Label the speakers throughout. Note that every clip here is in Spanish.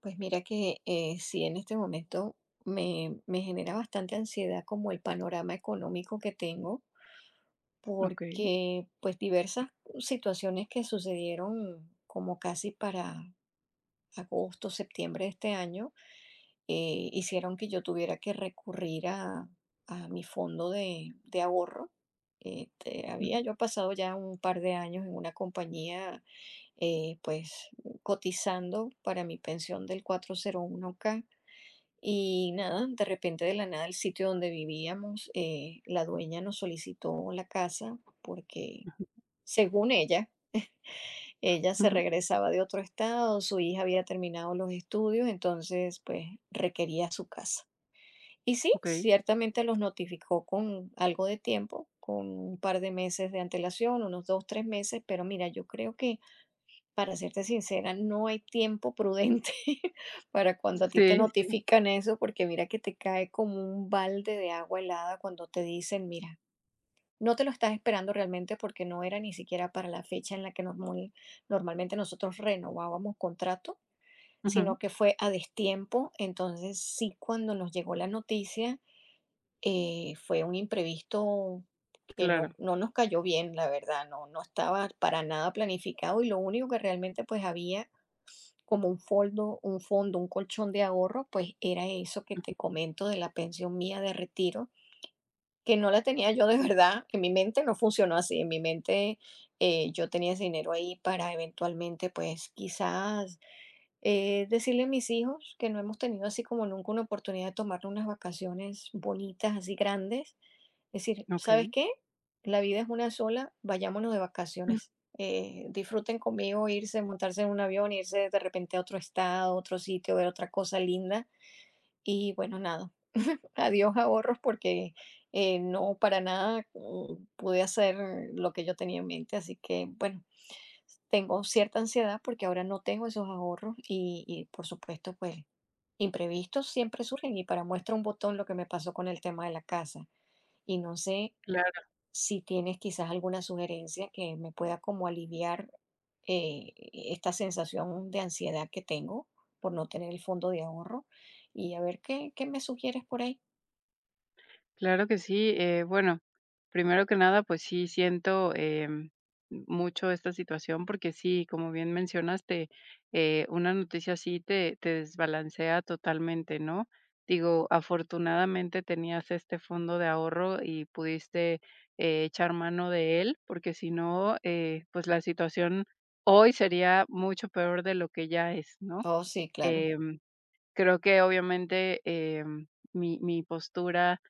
Speaker 1: Pues mira que sí, en este momento me genera bastante ansiedad como el panorama económico que tengo,
Speaker 2: Okey,
Speaker 1: porque pues diversas situaciones que sucedieron como casi para agosto, septiembre de este año, hicieron que yo tuviera que recurrir a mi fondo de ahorro. Este, había
Speaker 2: ujú,
Speaker 1: yo pasado ya un par de años en una compañía pues cotizando para mi pensión del 401k y nada, de repente de la nada el sitio donde vivíamos, la dueña nos solicitó la casa porque, según ella, ella se
Speaker 2: ujú,
Speaker 1: regresaba de otro estado, su hija había terminado los estudios, entonces pues requería su casa. Y sí,
Speaker 2: okey.
Speaker 1: ciertamente los notificó con algo de tiempo, con un par de meses de antelación, unos dos, tres meses, pero mira, yo creo que para serte sincera, no hay tiempo prudente para cuando a ti te
Speaker 2: Sí, sí,
Speaker 1: notifican eso, porque mira que te cae como un balde de agua helada cuando te dicen, mira, no te lo estás esperando realmente porque no era ni siquiera para la fecha en la que normalmente nosotros renovábamos contrato,
Speaker 2: ujú,
Speaker 1: sino que fue a destiempo. Entonces sí, cuando nos llegó la noticia, fue un imprevisto que
Speaker 2: claro,
Speaker 1: no nos cayó bien, la verdad, no estaba para nada planificado y lo único que realmente pues había como un fondo, un fondo, un colchón de ahorro, pues era eso que te comento de la pensión mía de retiro, que no la tenía yo de verdad, en mi mente no funcionó así, en mi mente yo tenía ese dinero ahí para eventualmente, pues quizás decirle a mis hijos que no hemos tenido así como nunca una oportunidad de tomar unas vacaciones bonitas, así grandes, es decir, ¿sabes
Speaker 2: okey,
Speaker 1: qué? La vida es una sola, vayámonos de vacaciones. Disfruten conmigo irse, montarse en un avión, irse de repente a otro estado, otro sitio, ver otra cosa linda. Y bueno, nada, adiós ahorros porque no para nada pude hacer lo que yo tenía en mente. Así que bueno, tengo cierta ansiedad porque ahora no tengo esos ahorros y por supuesto, pues imprevistos siempre surgen y para muestra un botón lo que me pasó con el tema de la casa. Y no sé
Speaker 2: claro.
Speaker 1: si tienes quizás alguna sugerencia que me pueda como aliviar esta sensación de ansiedad que tengo por no tener el fondo de ahorro y a ver qué me sugieres por ahí.
Speaker 2: Claro que sí. Bueno, primero que nada, pues sí siento mucho esta situación porque sí, como bien mencionaste, una noticia así te desbalancea totalmente, ¿no? Digo, afortunadamente tenías este fondo de ahorro y pudiste echar mano de él, porque si no, pues la situación hoy sería mucho peor de lo que ya es, ¿no?
Speaker 1: Oh, sí, claro,
Speaker 2: Creo que obviamente, mi postura,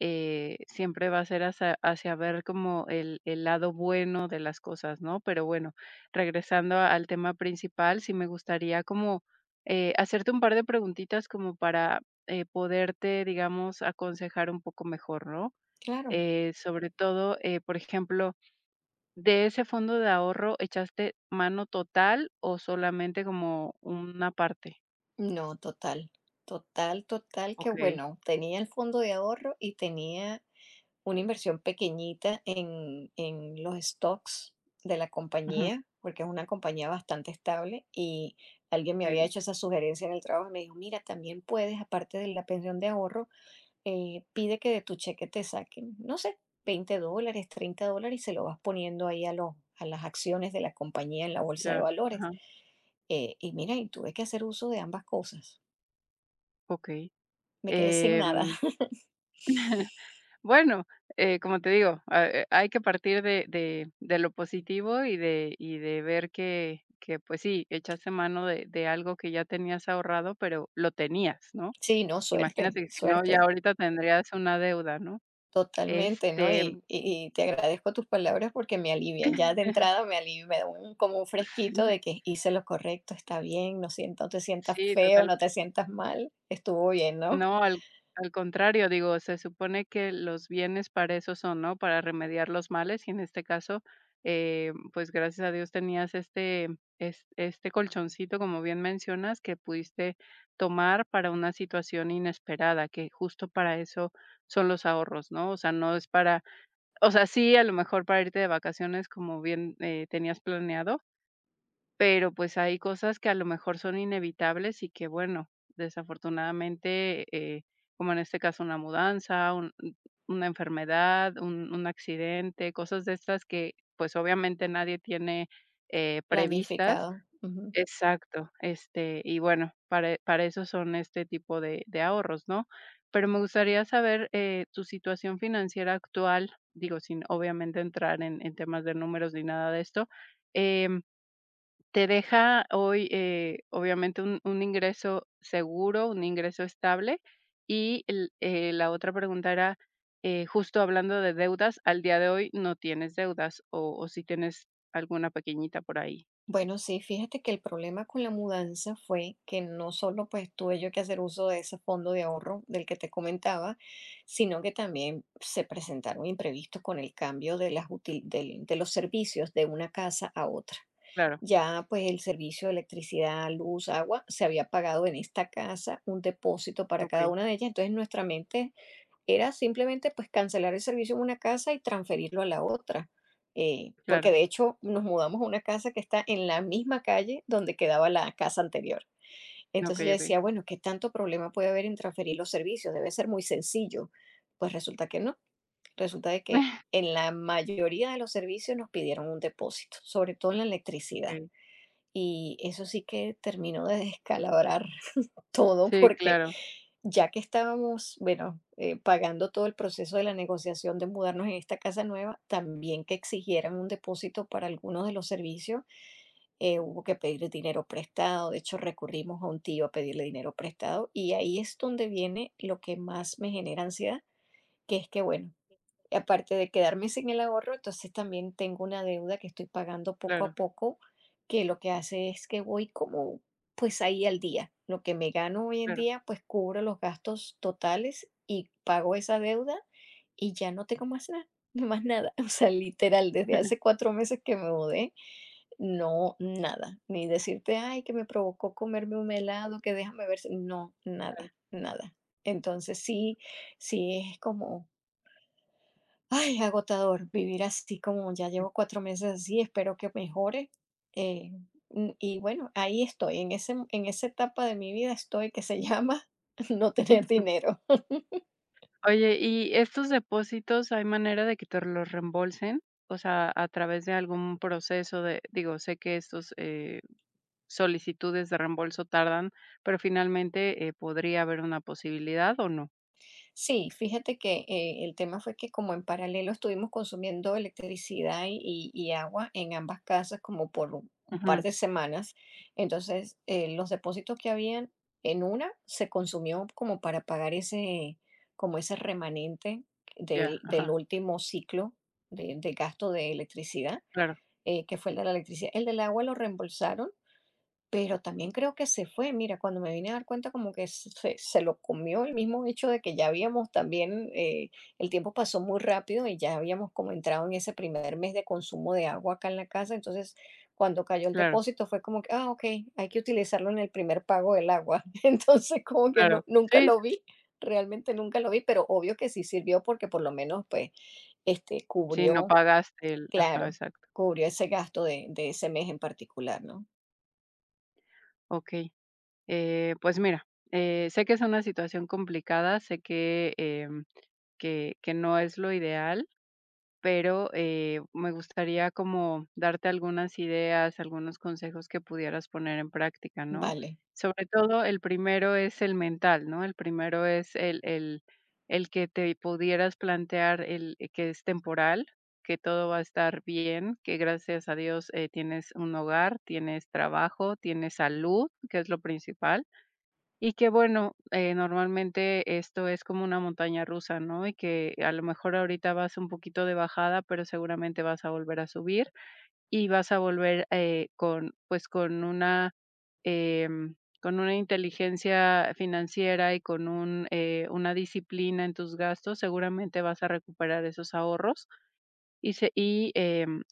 Speaker 2: siempre va a ser hacia ver como el lado bueno de las cosas, ¿no? Pero bueno, regresando a- al tema principal, sí me gustaría como, hacerte un par de preguntitas como para, poderte, digamos, aconsejar un poco mejor, ¿no?
Speaker 1: claro.
Speaker 2: Sobre todo, por ejemplo, ¿de ese fondo de ahorro echaste mano total o solamente como una parte?
Speaker 1: No, total, total, que
Speaker 2: Okey.
Speaker 1: bueno, tenía el fondo de ahorro y tenía una inversión pequeñita en los stocks de la
Speaker 2: Ujú,
Speaker 1: compañía, porque es una compañía bastante estable y alguien me había
Speaker 2: okey.
Speaker 1: hecho esa sugerencia en el trabajo y me dijo, mira, también puedes, aparte de la pensión de ahorro, pide que de tu cheque te saquen, no sé, $20, $30 y se lo vas poniendo ahí a a las acciones de la compañía en la bolsa de
Speaker 2: Ya,
Speaker 1: valores.
Speaker 2: ajá,
Speaker 1: Y mira, y tuve que hacer uso de ambas cosas.
Speaker 2: okey.
Speaker 1: Me quedé sin nada.
Speaker 2: Em, bueno, como te digo, ha hay que partir de lo positivo y de ver pues sí, echaste mano de algo que ya tenías ahorrado, pero lo tenías, ¿no?
Speaker 1: Sí, no, suerte,
Speaker 2: Imagínate que si no, ya
Speaker 1: suerte.
Speaker 2: ahorita tendrías una deuda, ¿no?
Speaker 1: Totalmente, ¿no?
Speaker 2: Este,
Speaker 1: Y te agradezco tus palabras porque me alivian, ya de entrada me aliv me da un como un
Speaker 2: sí,
Speaker 1: fresquito de que hice lo correcto, está bien, no sien no te sientas
Speaker 2: sí,
Speaker 1: feo, no
Speaker 2: totalmente.
Speaker 1: te sientas mal, estuvo bien, ¿no?
Speaker 2: No, al contrario, digo, se supone que los bienes para eso son, ¿no? Para remediar los males, y en este caso, pues, gracias a Dios tenías este es este colchoncito, como bien mencionas, que pudiste tomar para una situación inesperada, que justo para eso son los ahorros, ¿no? O sea, no es para o sea, sí, a lo mejor para irte de vacaciones, como bien, tenías planeado, pero, pues, hay cosas que a lo mejor son inevitables y que, bueno, desafortunadamente, como en este caso, una mudanza, un una enfermedad, un accidente, cosas de estas que, pues, obviamente nadie tiene, previstas.
Speaker 1: Planificado, ujú.
Speaker 2: Exacto, este, y bueno, para eso son este tipo de ahorros, ¿no? Pero me gustaría saber, tu situación financiera actual, digo, sin obviamente entrar en temas de números ni nada de esto, em te deja hoy, obviamente, un ingreso seguro, un ingreso estable. Y el la otra pregunta era, justo hablando de deudas, al día de hoy no tienes deudas, o si tienes alguna pequeñita por ahí.
Speaker 1: Bueno, sí, fíjate que el problema con la mudanza fue que no solo, pues, tuve yo que hacer uso de ese fondo de ahorro del que te comentaba, sino que también se presentaron imprevistos con el cambio de las util del de los servicios de una casa a otra.
Speaker 2: Claro,
Speaker 1: Ya pues el servicio de electricidad, luz, agua, se había pagado en esta casa un depósito para cada
Speaker 2: okey,
Speaker 1: una de ellas, entonces nuestra mente era simplemente pues cancelar el servicio en una casa y transferirlo a la otra, porque
Speaker 2: claro,
Speaker 1: de hecho nos mudamos a una casa que está en la misma calle donde quedaba la casa anterior. Entonces yo
Speaker 2: okey, okey.
Speaker 1: decía, bueno, ¿qué tanto problema puede haber en transferir los servicios? Debe ser muy sencillo. Pues resulta que no, resulta de que en la mayoría de los servicios nos pidieron un depósito, sobre todo en la electricidad.
Speaker 2: Okey.
Speaker 1: Y eso sí que terminó de descalabrar todo
Speaker 2: Sí,
Speaker 1: porque
Speaker 2: claro,
Speaker 1: ya que estábamos, bueno, pagando todo el proceso de la negociación de mudarnos en esta casa nueva, también que exigieran un depósito para algunos de los servicios, hubo que pedir dinero prestado. De hecho, recurrimos a un tío a pedirle dinero prestado y ahí es donde viene lo que más me genera ansiedad, que es que, bueno, y aparte de quedarme sin el ahorro, entonces también tengo una deuda que estoy pagando poco a
Speaker 2: claro,
Speaker 1: poco, que lo que hace es que voy como pues ahí al día. Lo que me gano hoy en
Speaker 2: claro,
Speaker 1: día, pues cubro los gastos totales y pago esa deuda y ya no tengo más nada, más nada. O sea, literal, desde hace 4 meses que me mudé, no, nada. Ni decirte, ay, que me provocó comerme un helado, que déjame ver. Si-". No,
Speaker 2: claro,
Speaker 1: nada, nada. Entonces sí, sí es como ay, agotador vivir así como ya
Speaker 2: sí.
Speaker 1: llevo 4 meses así, espero que mejore, eh, y bueno, ahí estoy, en ese en esa etapa de mi vida estoy que se llama no tener dinero.
Speaker 2: Oye, ¿y estos depósitos hay manera de que te los reembolsen? O sea, a través de algún proceso de digo, sé que estos, solicitudes de reembolso tardan, pero finalmente, podría haber una posibilidad, ¿o no?
Speaker 1: Sí, fíjate que el tema fue que como en paralelo estuvimos consumiendo electricidad y agua en ambas casas como por un par
Speaker 2: Ujú,
Speaker 1: de semanas, entonces los depósitos que habían en una se consumió como para pagar ese, como ese remanente
Speaker 2: ya,
Speaker 1: del
Speaker 2: ajá,
Speaker 1: último ciclo de gasto de electricidad,
Speaker 2: claro,
Speaker 1: que fue el de la electricidad. El del agua lo reembolsaron pero también creo que se fue, mira, cuando me vine a dar cuenta como que se lo comió el mismo hecho de que ya habíamos también, el tiempo pasó muy rápido y ya habíamos como entrado en ese primer mes de consumo de agua acá en la casa, entonces cuando cayó el
Speaker 2: claro,
Speaker 1: depósito fue como que, ah, ok, hay que utilizarlo en el primer pago del agua, entonces como que
Speaker 2: claro.
Speaker 1: no, nunca
Speaker 2: Sí,
Speaker 1: lo
Speaker 2: sí,
Speaker 1: vi, realmente nunca lo vi, pero obvio que sí sirvió porque por lo menos pues este
Speaker 2: sí, no
Speaker 1: cubrió,
Speaker 2: pagaste el ajá,
Speaker 1: claro,
Speaker 2: exacto.
Speaker 1: cubrió ese gasto de ese mes en particular, ¿no?
Speaker 2: Okey, pues mira, sé que es una situación complicada, sé que, que no es lo ideal. Pero, me gustaría como darte algunas ideas, algunos consejos que pudieras poner en práctica, ¿no?
Speaker 1: Vale.
Speaker 2: Sobre todo, el primero es el mental, ¿no? El primero es el que te pudieras plantear el que es temporal, que todo va a estar bien, que gracias a Dios, tienes un hogar, tienes trabajo, tienes salud, que es lo principal. Y que bueno, normalmente esto es como una montaña rusa, ¿no? Y que a lo mejor ahorita vas un poquito de bajada, pero seguramente vas a volver a subir y vas a volver con, pues, con una, em, con una inteligencia financiera y con un, una disciplina en tus gastos, seguramente vas a recuperar esos ahorros y, y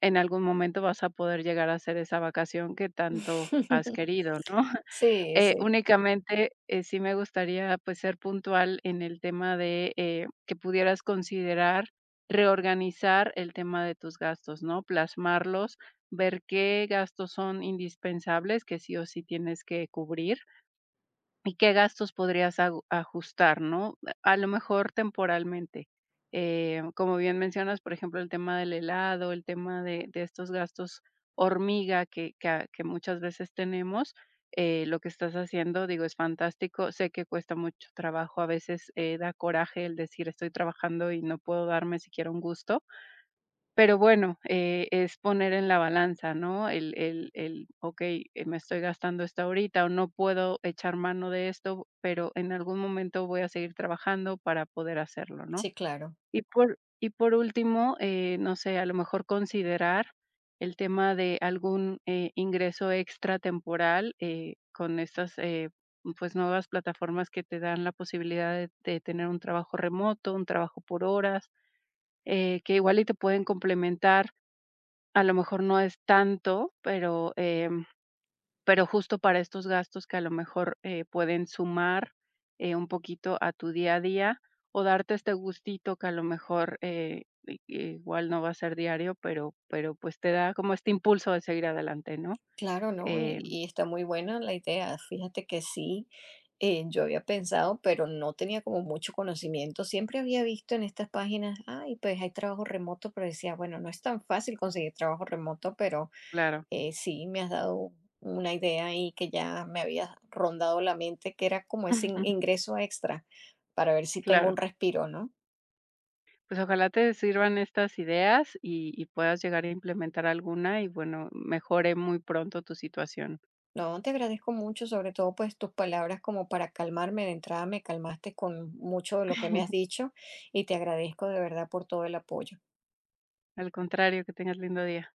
Speaker 2: en algún momento vas a poder llegar a hacer esa vacación que tanto has querido, ¿no?
Speaker 1: Sí, sí,
Speaker 2: Únicamente, sí me gustaría, pues, ser puntual en el tema de, que pudieras considerar reorganizar el tema de tus gastos, ¿no? Plasmarlos, ver qué gastos son indispensables, que sí o sí tienes que cubrir, ¿Y qué gastos podrías agu ajustar, no? A lo mejor temporalmente, como bien mencionas, por ejemplo, el tema del helado, el tema de estos gastos hormiga que muchas veces tenemos, lo que estás haciendo, digo, es fantástico. Sé que cuesta mucho trabajo, a veces, da coraje el decir: "Estoy trabajando y no puedo darme siquiera un gusto", pero bueno, es poner en la balanza, ¿no? Okey, me estoy gastando esto ahorita, o no puedo echar mano de esto, pero en algún momento voy a seguir trabajando para poder hacerlo, ¿no?
Speaker 1: sí, claro,
Speaker 2: Y por último, no sé, a lo mejor considerar el tema de algún, ingreso extra temporal, con estas, pues, nuevas plataformas que te dan la posibilidad de tener un trabajo remoto, un trabajo por horas, que igual y te pueden complementar a lo mejor no es tanto, pero, pero justo para estos gastos que a lo mejor, pueden sumar, un poquito a tu día a día, o darte este gustito que a lo mejor, i igual no va a ser diario, pues, te da como este impulso de seguir adelante, ¿no?
Speaker 1: claro, ¿no?
Speaker 2: Em,
Speaker 1: Y está muy buena la idea. Fíjate que sí, yo había pensado, pero no tenía como mucho conocimiento. Siempre había visto en estas páginas, ay, pues hay trabajo remoto, pero decía, bueno, no es tan fácil conseguir trabajo remoto, pero
Speaker 2: claro.
Speaker 1: sí me has dado una idea ahí que ya me había rondado la mente, que era como ese ingreso extra para ver si tengo
Speaker 2: claro.
Speaker 1: un respiro, ¿no?
Speaker 2: Pues, ojalá te sirvan estas ideas y puedas llegar a implementar alguna y, bueno, mejore muy pronto tu situación.
Speaker 1: No, te agradezco mucho, sobre todo pues tus palabras como para calmarme. De entrada me calmaste con mucho de lo que me has dicho y te agradezco de verdad por todo el apoyo.
Speaker 2: Al contrario, que tengas lindo día.